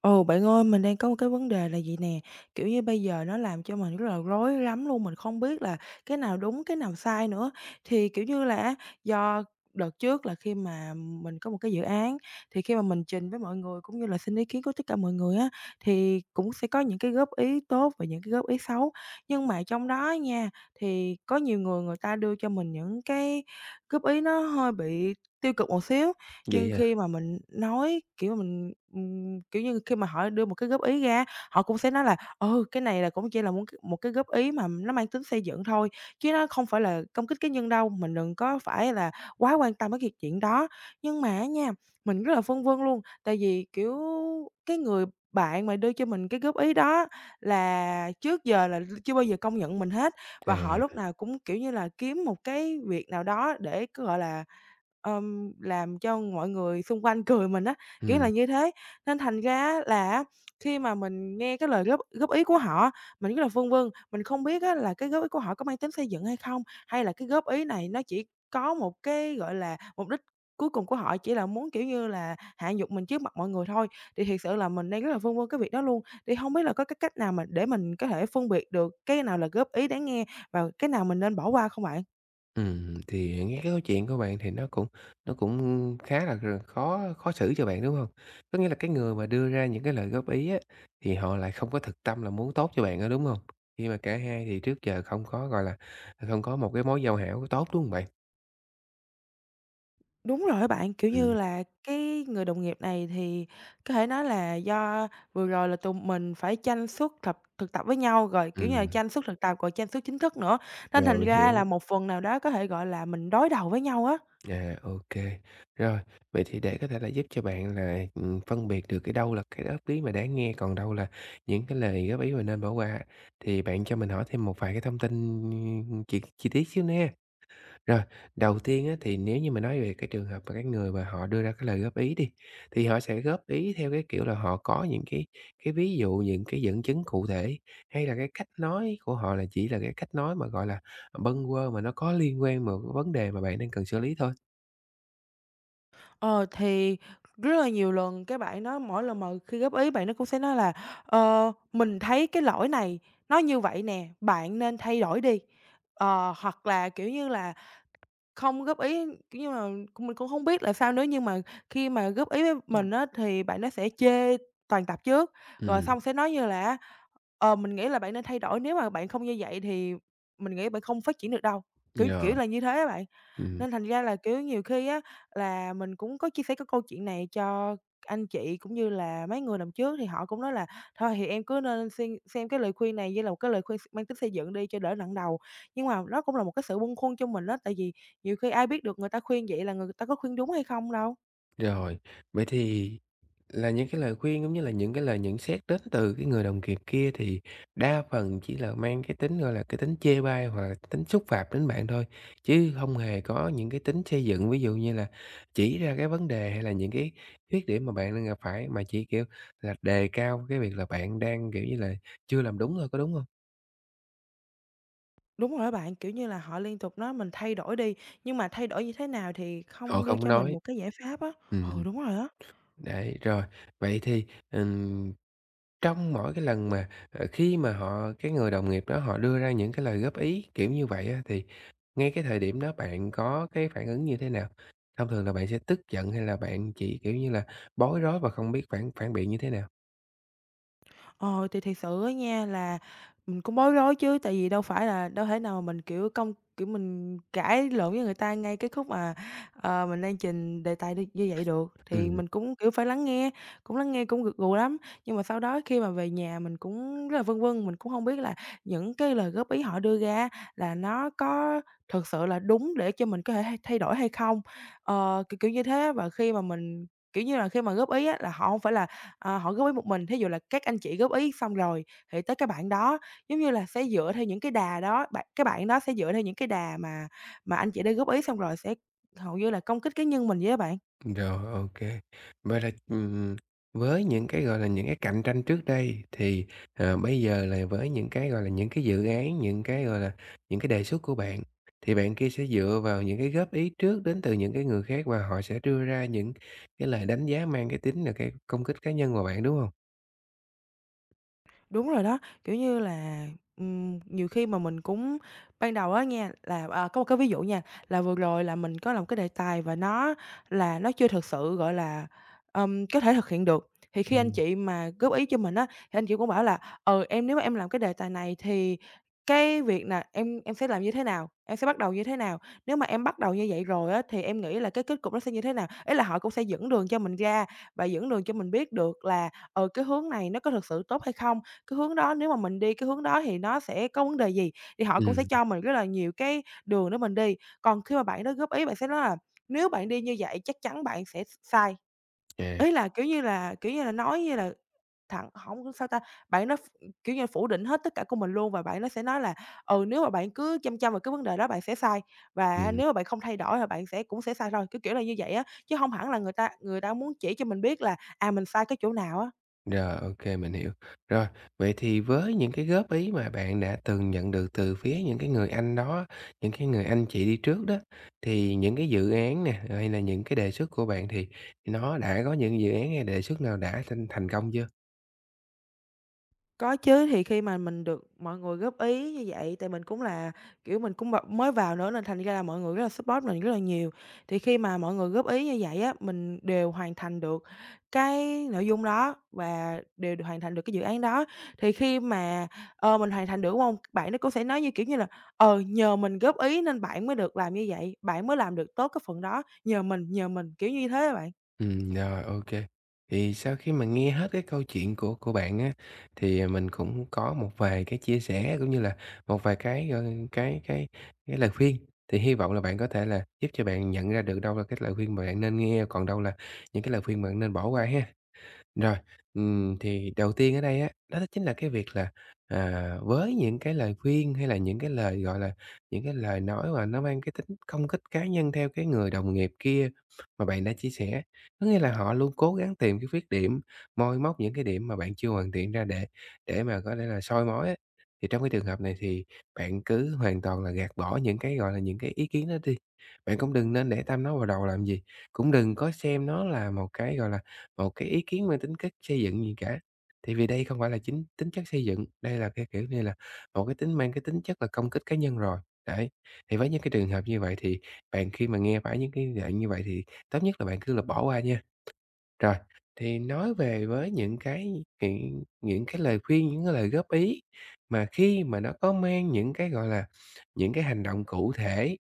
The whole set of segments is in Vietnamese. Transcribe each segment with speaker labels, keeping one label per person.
Speaker 1: Ồ bạn ơi, mình đang có một cái vấn đề là vậy nè, kiểu như, bây giờ nó làm cho mình rất là rối lắm luôn, mình không biết là cái nào đúng, cái nào sai nữa. Thì, kiểu như là á, do đợt trước là khi mà mình có một cái dự án, thì khi mà mình trình với mọi người cũng như là xin ý kiến của tất cả mọi người á, thì cũng sẽ có những cái góp ý tốt và những cái góp ý xấu. Nhưng mà trong đó nha, thì có nhiều người người ta đưa cho mình những cái góp ý nó hơi bị tiêu cực một xíu,
Speaker 2: Vậy
Speaker 1: nhưng
Speaker 2: à?
Speaker 1: khi mà mình nói, kiểu, mình, kiểu như, khi mà họ đưa một cái góp ý ra, họ cũng sẽ nói là "Ừ, cái này là cũng chỉ là muốn một cái góp ý mà nó mang tính xây dựng thôi, chứ nó không phải là công kích cá nhân đâu, mình đừng có phải là quá quan tâm đến việc chuyện đó." Nhưng mà á nha, mình rất là phân vân luôn, tại vì, kiểu, cái người bạn mà đưa cho mình cái góp ý đó là trước giờ là chưa bao giờ công nhận mình hết, và họ lúc
Speaker 2: À,
Speaker 1: nào cũng, kiểu như là, kiếm một cái việc nào đó để cứ, gọi là làm cho mọi người xung quanh cười mình á, kiểu là
Speaker 2: ừm,
Speaker 1: như thế. Nên thành ra á là á, khi mà mình nghe cái lời góp góp ý của họ, mình rất là phân vân, mình không biết á là cái góp ý của họ có mang tính xây dựng hay không, hay là cái góp ý này nó chỉ có một cái, gọi là, mục đích cuối cùng của họ chỉ là muốn, kiểu như là, hạ nhục mình trước mặt mọi người thôi. Thì thiệt sự là mình đang rất là phân vân cái việc đó luôn, thì hông biết là có cái cách nào mà để mình có thể phân biệt được cái nào là góp ý đáng nghe và cái nào mình nên bỏ qua không bạn?
Speaker 2: thì nghe cái câu chuyện của bạn thì nó cũng khá là khó khó xử cho bạn, đúng không? Có nghĩa là cái người mà đưa ra những cái lời góp ý á, thì họ lại không có thực tâm là muốn tốt cho bạn nữa, đúng không? Khi mà cả hai thì trước giờ không có, gọi là, không có một cái mối giao hảo tốt, đúng không bạn?
Speaker 1: Đúng rồi á bạn, kiểu như
Speaker 2: Ừm,
Speaker 1: là, cái người đồng nghiệp này thì có thể nói là do vừa rồi là tụi mình phải tranh suất thực thực tập với nhau, rồi, kiểu như là,
Speaker 2: ừm,
Speaker 1: tranh suất thực tập rồi tranh suất chính thức nữa, nên
Speaker 2: Rồi,
Speaker 1: thành
Speaker 2: mình
Speaker 1: ra
Speaker 2: hiểu.
Speaker 1: là một phần nào đó có thể, gọi là, mình đối đầu với nhau á.
Speaker 2: À, ok. Rồi, vậy thì để có thể là giúp cho bạn là, phân biệt được cái đâu là cái góp ý mà đáng nghe, còn đâu là những cái lời góp ý mà nên bỏ qua, thì bạn cho mình hỏi thêm một vài cái thông tin, chi chi tiết xíu nha. Rồi, đầu tiên á, thì nếu như mà nói về cái trường hợp mà cái người mà họ đưa ra cái lời góp ý đi, thì họ sẽ góp ý theo cái kiểu là họ có những cái ví dụ, những cái dẫn chứng cụ thể, hay là cái cách nói của họ là chỉ là cái cách nói mà, gọi là, bâng quơ mà nó có liên quan vào cái vấn đề mà bạn đang cần xử lý thôi?
Speaker 1: Ờ, thì rất là nhiều lần cái bạn đó mỗi lần mà khi góp ý bạn nó cũng sẽ nói là "Ờ, mình thấy cái lỗi này nó như vậy nè, bạn nên thay đổi đi." Ờ, hoặc là, kiểu như là Không góp ý, kiểu như là, cũng mình cũng không biết là sao nữa, nhưng mà khi mà góp ý với mình á, thì bạn nó sẽ chê toàn tập trước, rồi
Speaker 2: Ừm,
Speaker 1: xong sẽ nói như là "Ờ, mình nghĩ là bạn nên thay đổi, nếu mà bạn không như vậy thì mình nghĩ bạn không phát triển được đâu." Kiểu,
Speaker 2: rồi,
Speaker 1: kiểu là như thế á bạn.
Speaker 2: ừm,
Speaker 1: Nên thành ra là, kiểu, nhiều khi á là mình cũng có chia sẻ cái câu chuyện này cho anh chị cũng như là mấy người làm trước thì họ cũng nói là "Thôi thì em cứ nên xem cái lời khuyên này như là một cái lời khuyên x mang tính xây dựng đi cho đỡ nặng đầu." Nhưng mà đó cũng là một cái sự bâng khuâng cho mình á, tại vì nhiều khi ai biết được người ta khuyên vậy là người ta có khuyên đúng hay không đâu.
Speaker 2: rồi. Vậy thì là những cái lời khuyên cũng như là những cái lời nhận xét đến từ cái người đồng nghiệp kia thì đa phần chỉ là mang cái tính, gọi là, cái tính chê bai hoặc là tính xúc phạm đến bạn thôi, chứ hông hề có những cái tính xây dựng. Ví dụ như là chỉ ra cái vấn đề hay là những cái khuyết điểm mà bạn đang gặp phải, mà chỉ, kiểu, là đề cao cái việc là bạn đang, kiểu như là, chưa làm đúng thôi, có đúng hông?
Speaker 1: Đúng rồi á bạn, kiểu như là, họ liên tục nói mình thay đổi đi, nhưng mà thay đổi như thế nào thì
Speaker 2: Họ
Speaker 1: không đưa
Speaker 2: không
Speaker 1: cho mình
Speaker 2: nói.
Speaker 1: một cái giải pháp á. Ừ,
Speaker 2: Ừm,
Speaker 1: đúng rồi á.
Speaker 2: đấy, rồi. Vậy thì, ừm trong mỗi cái lần mà, khi mà họ cái người đồng nghiệp đó họ đưa ra những cái lời góp ý kiểu như vậy á, thì ngay cái thời điểm đó bạn có cái phản ứng như thế nào? Thông thường là bạn sẽ tức giận hay là bạn chỉ, kiểu như là, bối rối và không biết phản phản biện như thế nào?
Speaker 1: Ờ, thì thiệt sự á nha là mình cũng bối rối chứ, tại vì đâu phải là đâu thể nào mà mình, kiểu, công kiểu, mình cãi lộn với người ta ngay cái khúc mà, ờ, mình đang trình đề tài đi như vậy được. Thì
Speaker 2: Ừm.
Speaker 1: mình cũng, kiểu, phải lắng nghe cũng gật gù lắm, nhưng mà sau đó khi mà về nhà mình cũng rất là vân vân, mình cũng không biết là những cái lời góp ý họ đưa ra là nó có thực sự là đúng để cho mình có thể thay thay đổi hay không. Ờ, kiểu, kiểu như thế và khi mà mình kiểu như là, khi mà góp ý á là họ không phải là ờ, họ góp ý một mình. Thí dụ là các anh chị góp ý xong rồi thì tới cái bạn đó, giống như là, sẽ dựa theo những cái đà đó, bạn cái bạn đó sẽ dựa theo những cái đà mà anh chị đã góp ý xong rồi sẽ hầu như là công kích cá nhân mình với bạn.
Speaker 2: Rồi, ok. Vậy là, với những cái, gọi là, những cái cạnh tranh trước đây thì, bây giờ là với những cái, gọi là, những cái dự án, những cái, gọi là, những cái đề xuất của bạn, thì bạn kia sẽ dựa vào những cái góp ý trước đến từ những cái người khác và họ sẽ đưa ra những cái lời đánh giá mang cái tính là cái công kích cá nhân vào bạn, đúng không?
Speaker 1: Đúng rồi đó, kiểu như là, nhiều khi mà mình cũng ban đầu á nha, là, à, có một cái ví dụ nha, là vừa rồi là mình có làm cái đề tài và nó là nó chưa thực sự, gọi là, có thể thực hiện được. Thì khi anh
Speaker 2: Ừm,
Speaker 1: chị mà góp ý cho mình á, thì anh chị cũng bảo là "Ừ, em nếu mà em làm cái đề tài này thì cái việc là em sẽ làm như thế nào? Em sẽ bắt đầu như thế nào? Nếu mà em bắt đầu như vậy rồi á, thì em nghĩ là cái kết cục nó sẽ như thế nào?" ấy là họ cũng sẽ dẫn đường cho mình ra và dẫn đường cho mình biết được là, ờ cái hướng này nó có thực sự tốt hay không? Cái hướng đó nếu mà mình đi cái hướng đó thì nó sẽ có vấn đề gì? Thì họ cũng sẽ
Speaker 2: ừm,
Speaker 1: cho mình rất là nhiều cái đường để mình đi. Còn khi mà bạn đó góp ý, bạn sẽ nói là "Nếu bạn đi như vậy chắc chắn bạn sẽ sai."
Speaker 2: à,
Speaker 1: Ý là, kiểu như là, kiểu như là, nói như là thẳng hổng sao ta, bạn nó ph kiểu như, phủ định hết tất cả của mình luôn và bạn nó sẽ nói là "Ừ, nếu mà bạn cứ chăm chăm vào cái vấn đề đó bạn sẽ sai, và
Speaker 2: ừm.
Speaker 1: nếu mà bạn không thay đổi thì bạn sẽ cũng sẽ sai thôi." Kiểu, kiểu là như vậy á, chứ không hẳn là người ta muốn chỉ cho mình biết là, à, mình sai cái chỗ nào á.
Speaker 2: Rồi, ok, mình hiểu. Rồi, vậy thì với những cái góp ý mà bạn đã từng nhận được từ phía những cái người anh đó những cái người anh chị đi trước đó, thì những cái dự án nè, hay là những cái đề xuất của bạn thì nó đã có những dự án hay đề xuất nào đã thành thành công chưa?
Speaker 1: Có chứ, thì khi mà mình được mọi người góp ý như vậy, tại mình cũng là, kiểu, mình cũng b mới vào nữa nên thành ra là mọi người rất là support mình rất là nhiều. Thì khi mà mọi người góp ý như vậy á, mình đều hoàn thành được cái nội dung đó và đều hoàn thành được cái dự án đó. Thì khi mà, ờ, mình hoàn thành được, đúng hông? Bạn nó cũng sẽ nói như, kiểu như là, "Ờ, nhờ mình góp ý nên bạn mới được làm như vậy, bạn mới làm được tốt cái phần đó, nhờ mình", kiểu như thế á bạn.
Speaker 2: Rồi, ok. Thì sau khi mà nghe hết cái câu chuyện của bạn á, thì mình cũng có một vài cái chia sẻ cũng như là một vài cái, gọi cái cái cái lời khuyên, thì hy vọng là bạn có thể là giúp cho bạn nhận ra được đâu là cái lời khuyên mà bạn nên nghe, còn đâu là những cái lời khuyên mà bạn nên bỏ qua ha. Rồi, thì đầu tiên ở đây á, đó chính là cái việc là, với những cái lời khuyên hay là những cái lời, gọi là, những cái lời nói mà nó mang cái tính công kích cá nhân theo cái người đồng nghiệp kia mà bạn đã chia sẻ, có nghĩa là họ luôn cố gắng tìm cái khuyết điểm, moi móc những cái điểm mà bạn chưa hoàn thiện ra để mà có thể là soi mói á. Thì trong cái trường hợp này thì bạn cứ hoàn toàn là gạt bỏ những cái, gọi là, những cái ý kiến đó đi, bạn cũng đừng nên để tâm nó vào đầu làm gì, cũng đừng có xem nó là một cái, gọi là, một cái ý kiến mang tính chất xây dựng gì cả. Tại vì đây không phải là chính tính chất xây dựng, đây là cái, kiểu như là, một cái tính mang cái tính chất là công kích cá nhân rồi. Đấy, thì với những cái trường hợp như vậy thì bạn khi mà nghe phải những cái dạng như vậy thì tốt nhất là bạn cứ là bỏ qua nha. Rồi, thì nói về với những cái những cái lời khuyên, những cái lời góp ý mà khi mà nó có mang những cái, gọi là, những cái hành động cụ thể,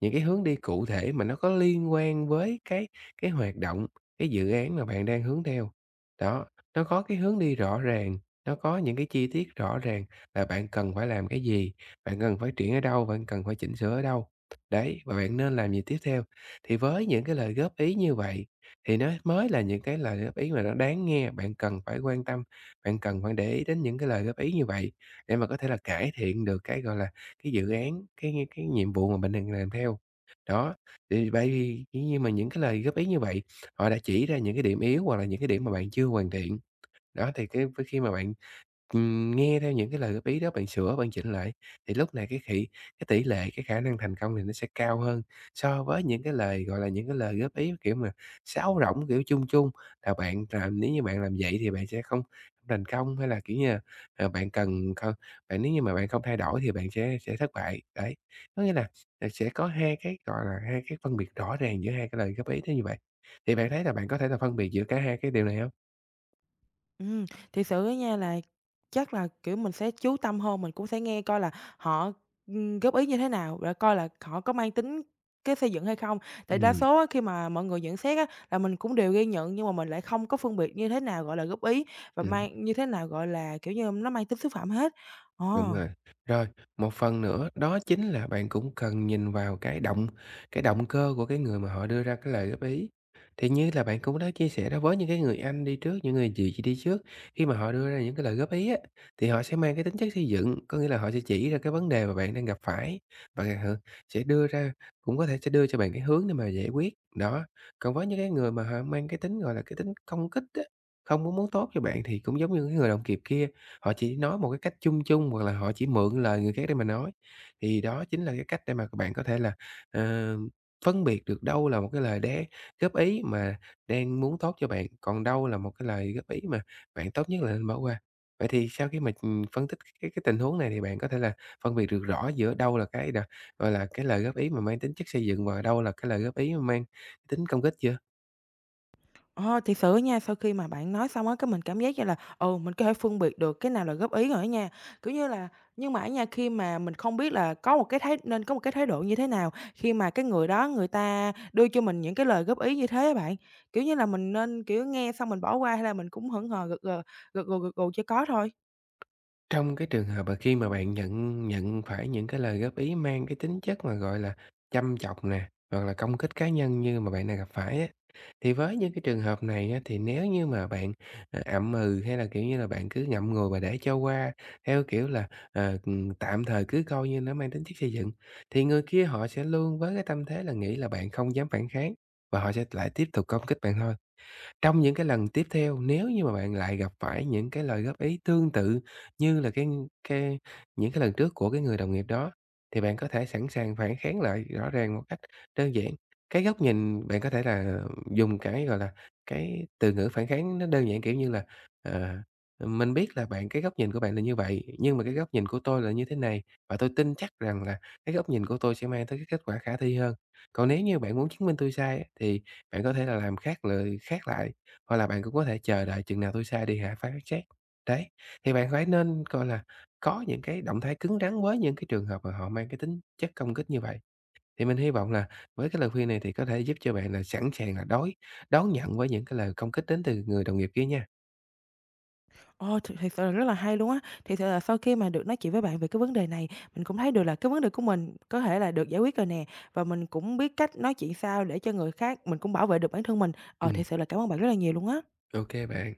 Speaker 2: những cái hướng đi cụ thể mà nó có liên quan với cái hoạt động, cái dự án mà bạn đang hướng theo. Đó, nó có cái hướng đi rõ ràng, nó có những cái chi tiết rõ ràng là bạn cần phải làm cái gì, bạn cần phát triển ở đâu, bạn cần phải chỉnh sửa ở đâu. Đấy, và bạn nên làm gì tiếp theo. Thì với những cái lời góp ý như vậy thì nó mới là những cái lời góp ý mà nó đáng nghe, bạn cần phải quan tâm, bạn cần phải để ý đến những cái lời góp ý như vậy để mà có thể là cải thiện được cái, gọi là, cái dự án, cái nhiệm vụ mà mình đang làm theo. Đó, thì bởi vì dĩ mà những cái lời góp ý như vậy, họ đã chỉ ra những cái điểm yếu hoặc là những cái điểm mà bạn chưa hoàn thiện. Đó, thì cái với khi mà bạn nghe theo những cái lời góp ý đó, bạn sửa, bạn chỉnh lại thì lúc này cái tỷ lệ, cái khả năng thành công thì nó sẽ cao hơn so với những cái lời, gọi là, những cái lời góp ý, kiểu mà, sáo rỗng, kiểu, chung chung, là bạn làm nếu như bạn làm vậy thì bạn sẽ không thành công, hay là, kiểu như là, bạn cần không bạn nếu như mà bạn không thay đổi thì bạn sẽ thất bại. Đấy, có nghĩa là, sẽ có hai cái, gọi là, hai cái phân biệt rõ ràng giữa hai cái lời góp ý đó như vậy. Thì bạn thấy là bạn có thể là phân biệt giữa cả hai cái điều này hông?
Speaker 1: Ừm, thiệt sự á nha là chắc là, kiểu, mình sẽ chú tâm hơn, mình cũng sẽ nghe coi là họ, góp ý như thế nào, để coi là họ có mang tính cái xây dựng hay không. Tại đa
Speaker 2: Ừm,
Speaker 1: số á khi mà mọi người nhận xét á là mình cũng đều ghi nhận, nhưng mà mình lại không có phân biệt như thế nào gọi là góp ý và
Speaker 2: ừm.
Speaker 1: mang như thế nào gọi là, kiểu như, nó mang tính xúc phạm hết. Ờ.
Speaker 2: Đúng rồi. Rồi, một phần nữa đó chính là bạn cũng cần nhìn vào cái động cơ của cái người mà họ đưa ra cái lời góp ý. Thì như là bạn cũng đã chia sẻ đó, với những cái người anh đi trước, những người chị đi trước, khi mà họ đưa ra những cái lời góp ý á, thì họ sẽ mang cái tính chất xây dựng, có nghĩa là họ sẽ chỉ ra cái vấn đề mà bạn đang gặp phải và họ sẽ đưa ra cũng có thể sẽ đưa cho bạn cái hướng để mà giải quyết, đó. Còn với những cái người mà họ mang cái tính, gọi là, cái tính công kích á, không có muốn tốt cho bạn thì cũng giống như cái người đồng nghiệp kia, họ chỉ nói một cái cách chung chung hoặc là họ chỉ mượn lời người khác để mà nói. Thì đó chính là cái cách để mà các bạn có thể là, ờ, phân biệt được đâu là một cái lời góp ý mà đang muốn tốt cho bạn, còn đâu là một cái lời góp ý mà bạn tốt nhất là nên bỏ qua. Vậy thì sau khi mà, phân tích cái tình huống này thì bạn có thể là phân biệt được rõ giữa đâu là cái đ gọi là, cái lời góp ý mà mang tính chất xây dựng và đâu là cái lời góp ý mà mang tính công kích chưa?
Speaker 1: Ờ, thiệt sự á nha, sau khi mà bạn nói xong á, cái mình cảm giác như là, ừ, mình có thể phân biệt được cái nào là góp ý rồi á nha. Kiểu như là, nhưng mà á nha, khi mà mình không biết là có một cái thái nên có một cái thái độ như thế nào khi mà cái người đó người ta đưa cho mình những cái lời góp ý như thế á bạn. Kiểu như là, mình nên, kiểu, nghe xong mình bỏ qua hay là mình cũng hững hờ gật gờ gật gù cho có thôi?
Speaker 2: Trong cái trường hợp mà khi mà bạn nhận nhận phải những cái lời góp ý mang cái tính chất mà, gọi là, châm chọc nè, hoặc là công kích cá nhân như mà bạn đang gặp phải á, thì với những cái trường hợp này á, thì nếu như mà bạn, hay là, kiểu như là, bạn cứ ngậm ngùi và để cho qua theo kiểu là, tạm thời cứ coi như nó mang tính chất xây dựng, thì người kia họ sẽ luôn với cái tâm thế là nghĩ là bạn không dám phản kháng và họ sẽ lại tiếp tục công kích bạn thôi. Trong những cái lần tiếp theo, nếu như mà bạn lại gặp phải những cái lời góp ý tương tự như là cái những cái lần trước của cái người đồng nghiệp đó, thì bạn có thể sẵn sàng phản kháng lại rõ ràng một cách đơn giản. Cái góc nhìn bạn có thể là dùng cái, gọi là, cái từ ngữ phản kháng nó đơn giản, kiểu như là, ờ, "Mình biết là bạn cái góc nhìn của bạn là như vậy, nhưng mà cái góc nhìn của tôi là như thế này, và tôi tin chắc rằng là cái góc nhìn của tôi sẽ mang tới cái kết quả khả thi hơn. Còn nếu như bạn muốn chứng minh tôi sai á, thì bạn có thể là làm khác lại." Hoặc là bạn cũng có thể chờ đợi chừng nào tôi sai đi hả, phán xét. Đấy, thì bạn phải nên, coi là, có những cái động thái cứng rắn với những cái trường hợp mà họ mang cái tính chất công kích như vậy. Thì mình hy vọng là với cái lời khuyên này thì có thể giúp cho bạn là sẵn sàng là đón nhận với những cái lời công kích đến từ người đồng nghiệp kia nha.
Speaker 1: Ồ, thiệt sự là rất là hay luôn á. Thiệt sự là sau khi mà được nói chuyện với bạn về cái vấn đề này, mình cũng thấy được là cái vấn đề của mình có thể là được giải quyết rồi nè, và mình cũng biết cách nói chuyện sao để cho người khác mình cũng bảo vệ được bản thân mình. Ờ,
Speaker 2: Ừm,
Speaker 1: thiệt sự là cảm ơn bạn rất là nhiều luôn á.
Speaker 2: ô bạn.